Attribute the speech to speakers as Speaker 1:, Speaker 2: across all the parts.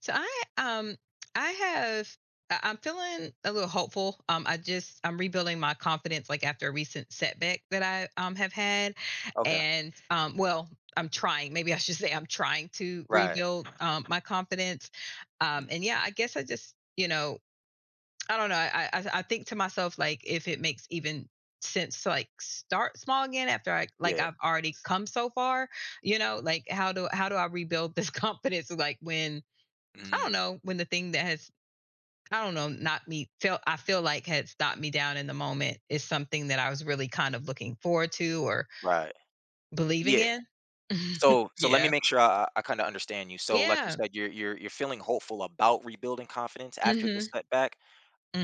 Speaker 1: So I have I'm feeling a little hopeful. I just I'm rebuilding my confidence, like after a recent setback that I have had,
Speaker 2: Okay.
Speaker 1: and I'm trying. Maybe I should say I'm trying to
Speaker 2: Right.
Speaker 1: rebuild my confidence.
Speaker 2: Mhm.
Speaker 1: And yeah, I guess I just, I don't know. I think to myself, like if it makes even sense to like start small again after I like
Speaker 2: Yeah.
Speaker 1: I've already come so far, you know, like how do I rebuild this confidence, like when I
Speaker 2: Mm.
Speaker 1: don't know, when the thing that has, I don't know, not me felt, I feel like had stopped me down in the moment, is something that I was really kind of looking forward to or
Speaker 2: Right.
Speaker 1: believing
Speaker 2: Yeah.
Speaker 1: in.
Speaker 2: So let me
Speaker 1: Yeah.
Speaker 2: make sure I kind of understand you. So like you
Speaker 1: Yeah.
Speaker 2: said, you're feeling hopeful about rebuilding confidence after this
Speaker 1: Mhm.
Speaker 2: setback.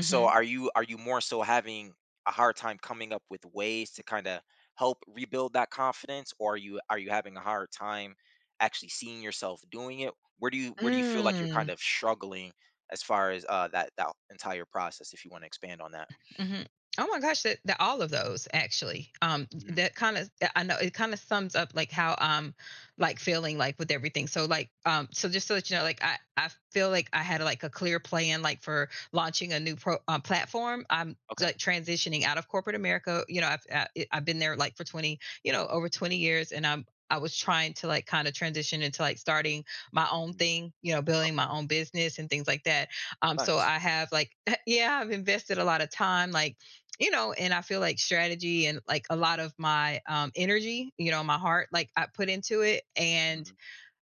Speaker 2: So are you more so having a hard time coming up with ways to kind of help rebuild that confidence, or are you having a hard time actually seeing yourself doing it? Where do you feel like you're
Speaker 1: Mm.
Speaker 2: kind of struggling as far as that entire process? If you want to expand on that.
Speaker 1: Mhm. Oh my gosh, that all of those, actually.
Speaker 2: Mhm.
Speaker 1: That kind of, I know it kind of sums up like how I'm like feeling like with everything. So like, so just so that you know, like I feel like I had like a clear plan, like for launching a new pro platform. I'm
Speaker 2: Okay.
Speaker 1: like transitioning out of corporate America. You know, I've I've been there like for 20, you know, over 20 years, and I was trying to like kind of transition into like starting my own
Speaker 2: Mhm.
Speaker 1: thing, you know, building my own business and things like that. So
Speaker 2: Nice.
Speaker 1: I have like, yeah, I've invested a lot of time, like, you know, and I feel like strategy, and like a lot of my energy, you know, my heart, like I put into it.
Speaker 2: Mhm.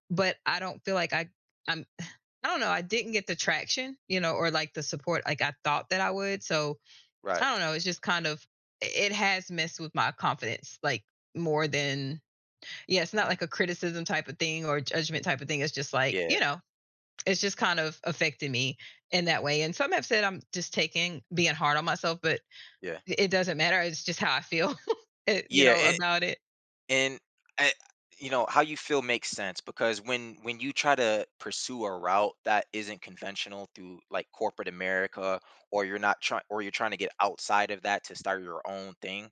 Speaker 1: But I don't feel like I'm, I don't know. I didn't get the traction, you know, or like the support like I thought that I would. So
Speaker 2: Right.
Speaker 1: I don't know. It's just kind of, it has messed with my confidence, like more than, yeah, it's not
Speaker 2: Mhm.
Speaker 1: like a criticism type of thing or judgment type of thing. It's just like,
Speaker 2: Yeah,
Speaker 1: you know, it's just kind of affected me in that way. And some have said I'm just taking being hard on myself, but
Speaker 2: yeah.
Speaker 1: it doesn't matter. It's just how I feel,
Speaker 2: Yeah,
Speaker 1: about it.
Speaker 2: and I you know, how you feel makes sense because when you try to pursue a route that isn't conventional through like corporate America, or you're not trying or you're trying to get outside of that to start your own thing.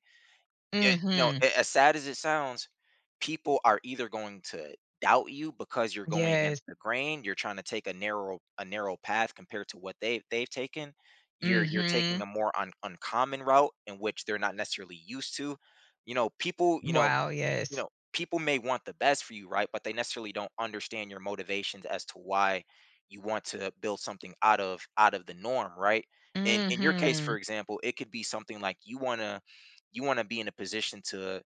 Speaker 2: Yeah, you know,
Speaker 1: Mm-hmm.
Speaker 2: a- as sad as it sounds, people are either going to doubt you because you're going against
Speaker 1: Yes.
Speaker 2: the grain, you're trying to take a narrow path compared to what they've taken. You're taking
Speaker 1: Mm-hmm.
Speaker 2: a more uncommon route in which they're not necessarily used to. You know, people, you know,
Speaker 1: Wow.
Speaker 2: you
Speaker 1: Yes.
Speaker 2: know, people may want the best for you, right? But they necessarily don't understand your motivations as to why you want to build something out of the norm, right? And in your case,
Speaker 1: Mm-hmm.
Speaker 2: for example, it could be something like you wanna be in a position to,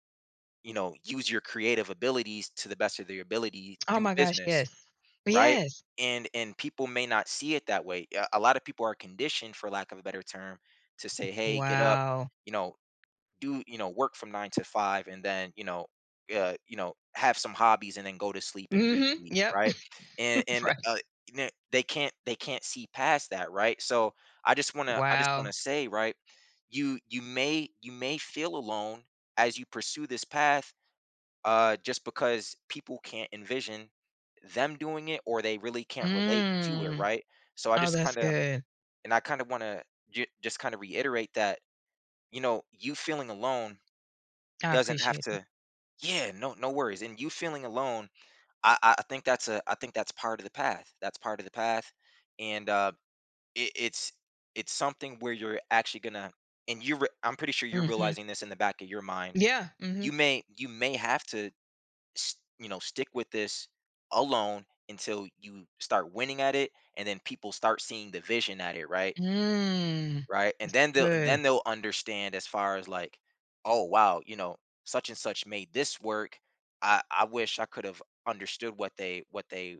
Speaker 2: you know, use your creative abilities to the best of their ability
Speaker 1: Oh
Speaker 2: through
Speaker 1: my gosh.
Speaker 2: business,
Speaker 1: Yes.
Speaker 2: right?
Speaker 1: Yes.
Speaker 2: And people may not see it that way. A lot of people are conditioned, for lack of a better term, to say, hey, get up,
Speaker 1: Wow.
Speaker 2: you know, do you know work from nine to five, and then you know you know, have some hobbies and then go to sleep and
Speaker 1: Mm-hmm.
Speaker 2: repeat,
Speaker 1: Yep.
Speaker 2: right? And
Speaker 1: Right.
Speaker 2: you know, they can't see past that, right? So I just want to
Speaker 1: Wow.
Speaker 2: say, right, you may feel alone as you pursue this path, just because people can't envision them doing it, or they really can't relate to it,
Speaker 1: Mm.
Speaker 2: right? So I
Speaker 1: Oh,
Speaker 2: just
Speaker 1: that's
Speaker 2: kind of,
Speaker 1: good.
Speaker 2: and I kind of want to just kind of reiterate that, you know, you feeling alone
Speaker 1: I
Speaker 2: doesn't have
Speaker 1: appreciate that.
Speaker 2: to. Yeah, no worries, and you feeling alone, I think that's a I think that's part of the path, that's part of the path, and, it it's something where you're actually gonna and you re I'm pretty sure you're
Speaker 1: Mm-hmm.
Speaker 2: realizing this in the back of your mind.
Speaker 1: Yeah. Mm-hmm.
Speaker 2: You may have to s you know, stick with this alone until you start winning at it, and then people start seeing the vision at it, right?
Speaker 1: Mm.
Speaker 2: Right?
Speaker 1: That's
Speaker 2: And then
Speaker 1: good.
Speaker 2: they'll understand as far as like, oh wow, you know, such and such made this work. I wish I could have understood what they what they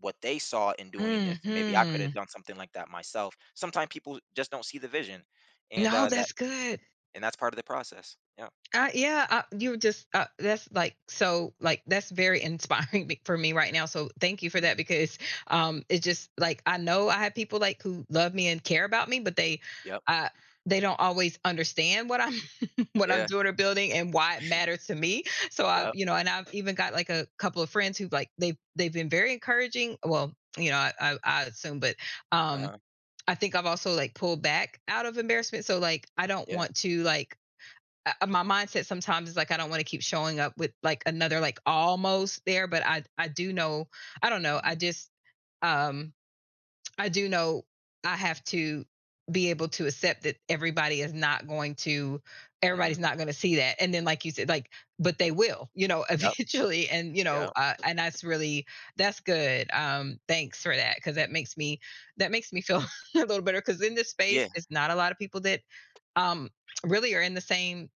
Speaker 2: what they saw in doing this, and maybe I could
Speaker 1: Hmm.
Speaker 2: have done something like that myself. Sometimes people just don't see the vision, and
Speaker 1: No,
Speaker 2: that
Speaker 1: that's good.
Speaker 2: and that's part of the process. Yeah.
Speaker 1: Yeah, you're just that's like so like that's very inspiring for me right now. So thank you for
Speaker 2: Mhm.
Speaker 1: that, because it's just like I know I have people like who love me and care about me, but
Speaker 2: Yep.
Speaker 1: uh they don't always understand what I'm what I'm
Speaker 2: Yeah.
Speaker 1: doing or building and why it matters to me. So I've,
Speaker 2: Yep.
Speaker 1: you know, and I've even got like a couple of friends who like they've been very encouraging. Well, you know, I assume, but
Speaker 2: Uh
Speaker 1: um
Speaker 2: huh.
Speaker 1: I think I've also like pulled back out of embarrassment. So like I don't
Speaker 2: Yeah.
Speaker 1: want to like, my mindset sometimes is like I don't want to keep showing up with like another like almost there, but I do know, I don't know, I
Speaker 2: Mhm.
Speaker 1: just um I do know I have to be able to accept that everybody is not going to, everybody's
Speaker 2: Mhm.
Speaker 1: not going to see that, and then like you said, like but they will, you know,
Speaker 2: Yep.
Speaker 1: eventually. And you know,
Speaker 2: Yep.
Speaker 1: and that's really that's good. Thanks for that, because that makes me feel a little better, because in this
Speaker 2: Yeah.
Speaker 1: space it's not a lot of people that um really are in the same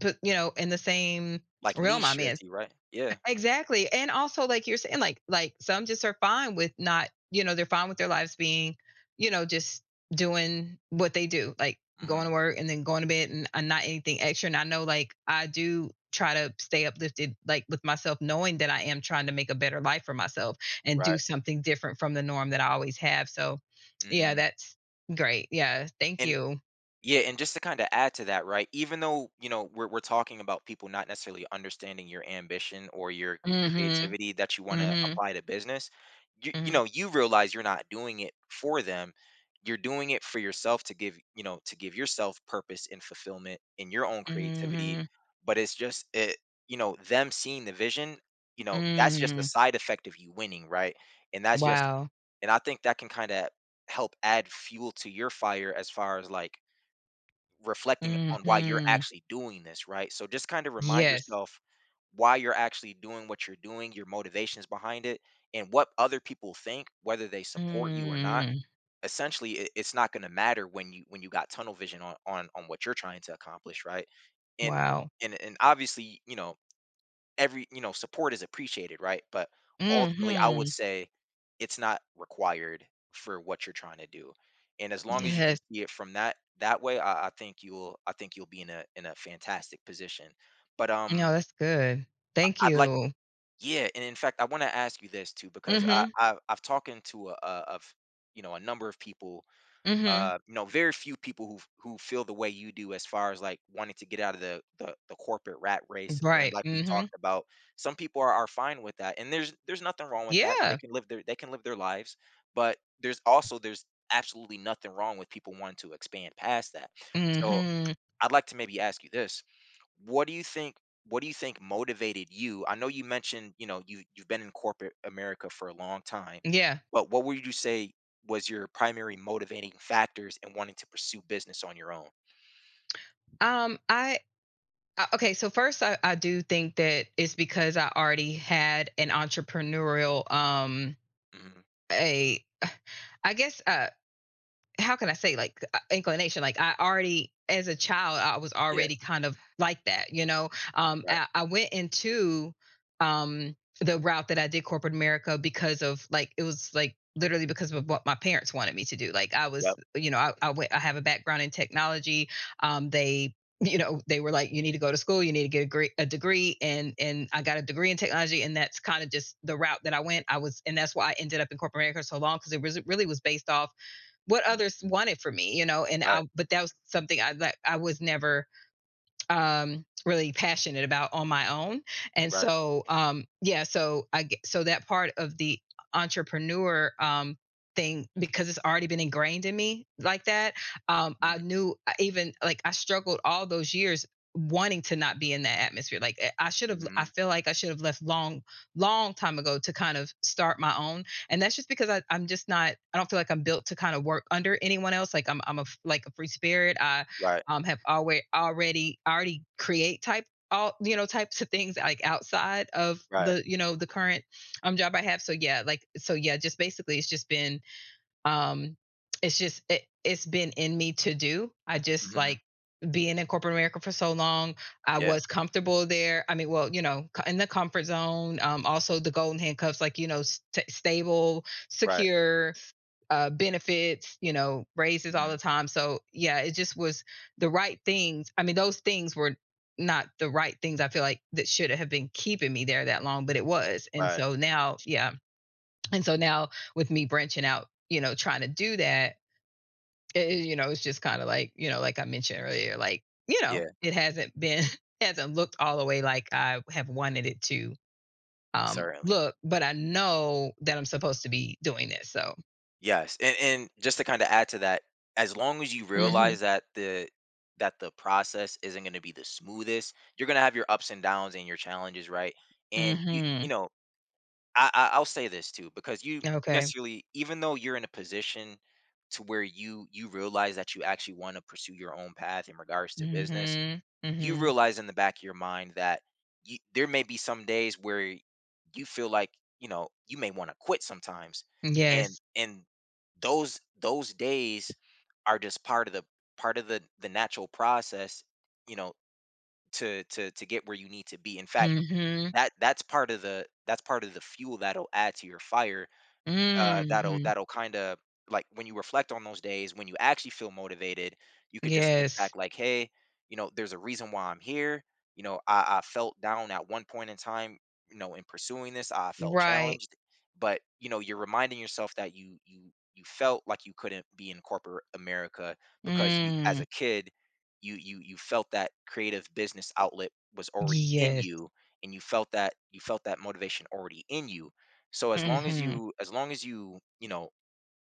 Speaker 1: put, you know, in the same
Speaker 2: Like
Speaker 1: realm
Speaker 2: niche,
Speaker 1: I'm
Speaker 2: as
Speaker 1: in.
Speaker 2: you, right. Yeah.
Speaker 1: Exactly, and also, like you're saying, like some just are fine with not, you know, they're fine with their lives being, you know, just doing what they do, like going
Speaker 2: Hmm.
Speaker 1: to work and then going to bed, and not anything extra. And I know, like I do try to stay uplifted, like with myself, knowing that I am trying to make a better life for myself and do
Speaker 2: Right.
Speaker 1: something different from the norm that I always have. So, yeah,
Speaker 2: Hmm.
Speaker 1: that's great. Yeah, thank
Speaker 2: And
Speaker 1: you.
Speaker 2: yeah, and just to kind of add to that, right? Even though, you know, we're talking about people not necessarily understanding your ambition or your
Speaker 1: Mhm.
Speaker 2: creativity that you want to
Speaker 1: Mhm.
Speaker 2: apply to business, you
Speaker 1: Mhm.
Speaker 2: know, you realize you're not doing it for them. You're doing it for yourself to give, you know, to give yourself purpose and fulfillment in your own creativity,
Speaker 1: Mhm.
Speaker 2: but it's just it, you know, them seeing the vision, you know, that's just a
Speaker 1: Mm,
Speaker 2: side effect of you winning, right? And that's just
Speaker 1: wow.
Speaker 2: and I think that can kind of help add fuel to your fire as far as like reflecting on why you're
Speaker 1: Mhm.
Speaker 2: actually doing this, right? So just kind of remind
Speaker 1: Yes.
Speaker 2: yourself why you're actually doing what you're doing, your motivations behind it, and what other people think, whether they support you or not.
Speaker 1: Mm,
Speaker 2: Essentially, it's not going to matter when you got tunnel vision on on what you're trying to accomplish, right? And
Speaker 1: wow.
Speaker 2: and obviously, you know, every you know, support is appreciated, right? But ultimately, I would
Speaker 1: Mhm.
Speaker 2: say it's not required for what you're trying to do. And as long as you can
Speaker 1: Yes.
Speaker 2: see it from that way, I think you'll be in a fantastic position. But
Speaker 1: No, that's good.
Speaker 2: I-
Speaker 1: Thank
Speaker 2: I'd like
Speaker 1: you.
Speaker 2: yeah, and in fact, I want to ask you this too because
Speaker 1: Mhm,
Speaker 2: I've talking to a of you know a number of people,
Speaker 1: mhm.
Speaker 2: you know, very few people who feel the way you do as far as like wanting to get out of the corporate rat race. And
Speaker 1: Right,
Speaker 2: like we talked
Speaker 1: mhm.
Speaker 2: about, some people are fine with that, and there's nothing wrong with that. They
Speaker 1: Yeah.
Speaker 2: can live their they can live their lives, but there's also there's absolutely nothing wrong with people wanting to expand past that. So
Speaker 1: Mhm.
Speaker 2: I'd like to maybe ask you this: what do you think what do you think motivated you? I know you mentioned, you know, you you've been in corporate America for a long time,
Speaker 1: Yeah.
Speaker 2: but what would you say was your primary motivating factors in wanting to pursue business on your own?
Speaker 1: I okay, so first I do think that it's because I already had an entrepreneurial,
Speaker 2: Hmm.
Speaker 1: a I guess, how can I say, like inclination? Like I already, as a child, I was
Speaker 2: Yeah.
Speaker 1: already kind of like that, you know.
Speaker 2: Right.
Speaker 1: I went into um the route that I did corporate America because of like, it was like literally because of what my parents wanted me to do. Like I was,
Speaker 2: Yep.
Speaker 1: you know, went, I have a background in technology. They you know they were like, you need to go to school, you need to get a, a degree. And and I got a degree in technology, and that's kind of just the route that I went, I was and that's why I ended up in corporate america so long, because it was, it really was based off what
Speaker 2: Hmm.
Speaker 1: others wanted for me, you know, and
Speaker 2: Right.
Speaker 1: but that was something that I was never really passionate about on my own. And
Speaker 2: Right.
Speaker 1: so, yeah, so I so that part of the entrepreneur thing, because it's already been ingrained in me like that. I
Speaker 2: Hmm.
Speaker 1: knew, even like I struggled all those years wanting to not be in that atmosphere. Like eh, I should have. I feel like I should have left long, long time ago to kind of start my own. And that's just because I'm just not. I don't feel like I'm built to kind of work under anyone else. Like I'm a like a free spirit. I
Speaker 2: Right.
Speaker 1: have always already create type all you know types of things like outside of
Speaker 2: Right.
Speaker 1: the you know the current job I have. So yeah, like so yeah, just basically it's just been um it's just it's been in me to do. I just
Speaker 2: Hmm.
Speaker 1: like being in corporate America for so long, I
Speaker 2: Yeah.
Speaker 1: was comfortable there. I mean, well, you know, in the comfort zone. Also the golden handcuffs, like you know, stable,
Speaker 2: Right.
Speaker 1: secure, benefits, you know, raises all
Speaker 2: Hmm.
Speaker 1: the time. So yeah, it just was the right things. I mean, those things were not the right things. I feel like that should have been keeping me there that long, but it was. And
Speaker 2: Right.
Speaker 1: so now, yeah, and so now with me branching out, you know, trying to do that, you know, it's just kind of like, you know, like I mentioned earlier, like you know,
Speaker 2: Yeah.
Speaker 1: it hasn't been hasn't looked all the way like I have wanted it to
Speaker 2: Certainly.
Speaker 1: look, but I know that I'm supposed to be doing this. So.
Speaker 2: Yes, and just to kind of add to that, as long as you
Speaker 1: Mhm.
Speaker 2: realize that the process isn't going to be the smoothest, you're going to have your ups and downs and your challenges, right? And you
Speaker 1: Mhm.
Speaker 2: know, I I'll say this too because you
Speaker 1: Okay.
Speaker 2: necessarily, even though you're in a position to where you realize that you actually want to pursue your own path in regards to business,
Speaker 1: Mhm,
Speaker 2: you
Speaker 1: mhm.
Speaker 2: realize in the back of your mind that you, there may be some days where you feel like you know you may want to quit sometimes,
Speaker 1: Yes.
Speaker 2: and those days are just part of the natural process, you know, to get where you need to be. In fact,
Speaker 1: Mhm.
Speaker 2: that that's part of the fuel that'll add to your fire, that'll
Speaker 1: Mhm.
Speaker 2: that'll kind of like when you reflect on those days, when you actually feel motivated, you could just think back
Speaker 1: Yes.
Speaker 2: like, hey, you know, there's a reason why I'm here. You know, I felt down at one point in time. You know, in pursuing this, I felt
Speaker 1: Right.
Speaker 2: challenged, but you know, you're reminding yourself that you felt like you couldn't be in corporate America because you, as
Speaker 1: Mm.
Speaker 2: a kid, you felt that creative business outlet was already in
Speaker 1: Yes.
Speaker 2: you, and you felt that motivation already in you. So as long as
Speaker 1: Mhm.
Speaker 2: you as long as you, you know,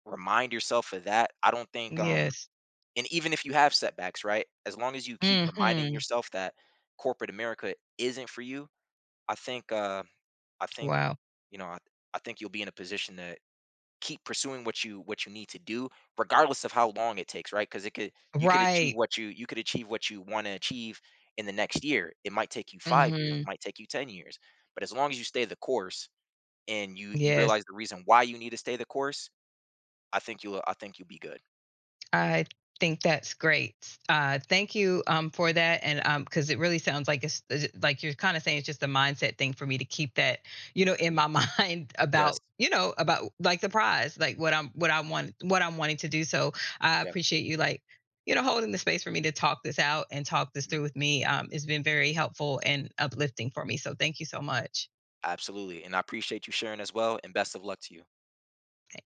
Speaker 2: remind yourself of that, I don't think
Speaker 1: Yes.
Speaker 2: and even if you have setbacks, right? As long as you keep reminding
Speaker 1: Mhm.
Speaker 2: yourself that corporate America isn't for you, I think uh I think,
Speaker 1: Wow.
Speaker 2: you know, I think you'll be in a position to keep pursuing what you need to do regardless of how long it takes, right? Cuz it could you could achieve
Speaker 1: Right.
Speaker 2: what you could achieve what you want to achieve in the next year. It might take you 5 years, it
Speaker 1: Mhm.
Speaker 2: might take you 10 years, but as long as you stay the course, and you
Speaker 1: Yes.
Speaker 2: realize the reason why you need to stay the course, I think you'll be good.
Speaker 1: I think that's great. Thank you for that, and because it really sounds like it's like you're kind of saying it's just a mindset thing for me to keep that, you know, in
Speaker 2: Mhm.
Speaker 1: my mind
Speaker 2: Yes.
Speaker 1: about you know about like the prize, like what I'm what I want what I'm wanting to do. So I
Speaker 2: Yes.
Speaker 1: appreciate you, like you know, holding the space for me to talk this out and talk this
Speaker 2: Mhm.
Speaker 1: through with me. It's been very helpful and uplifting for me. So thank you so much.
Speaker 2: Absolutely. And I appreciate you sharing as well, and best of luck to you.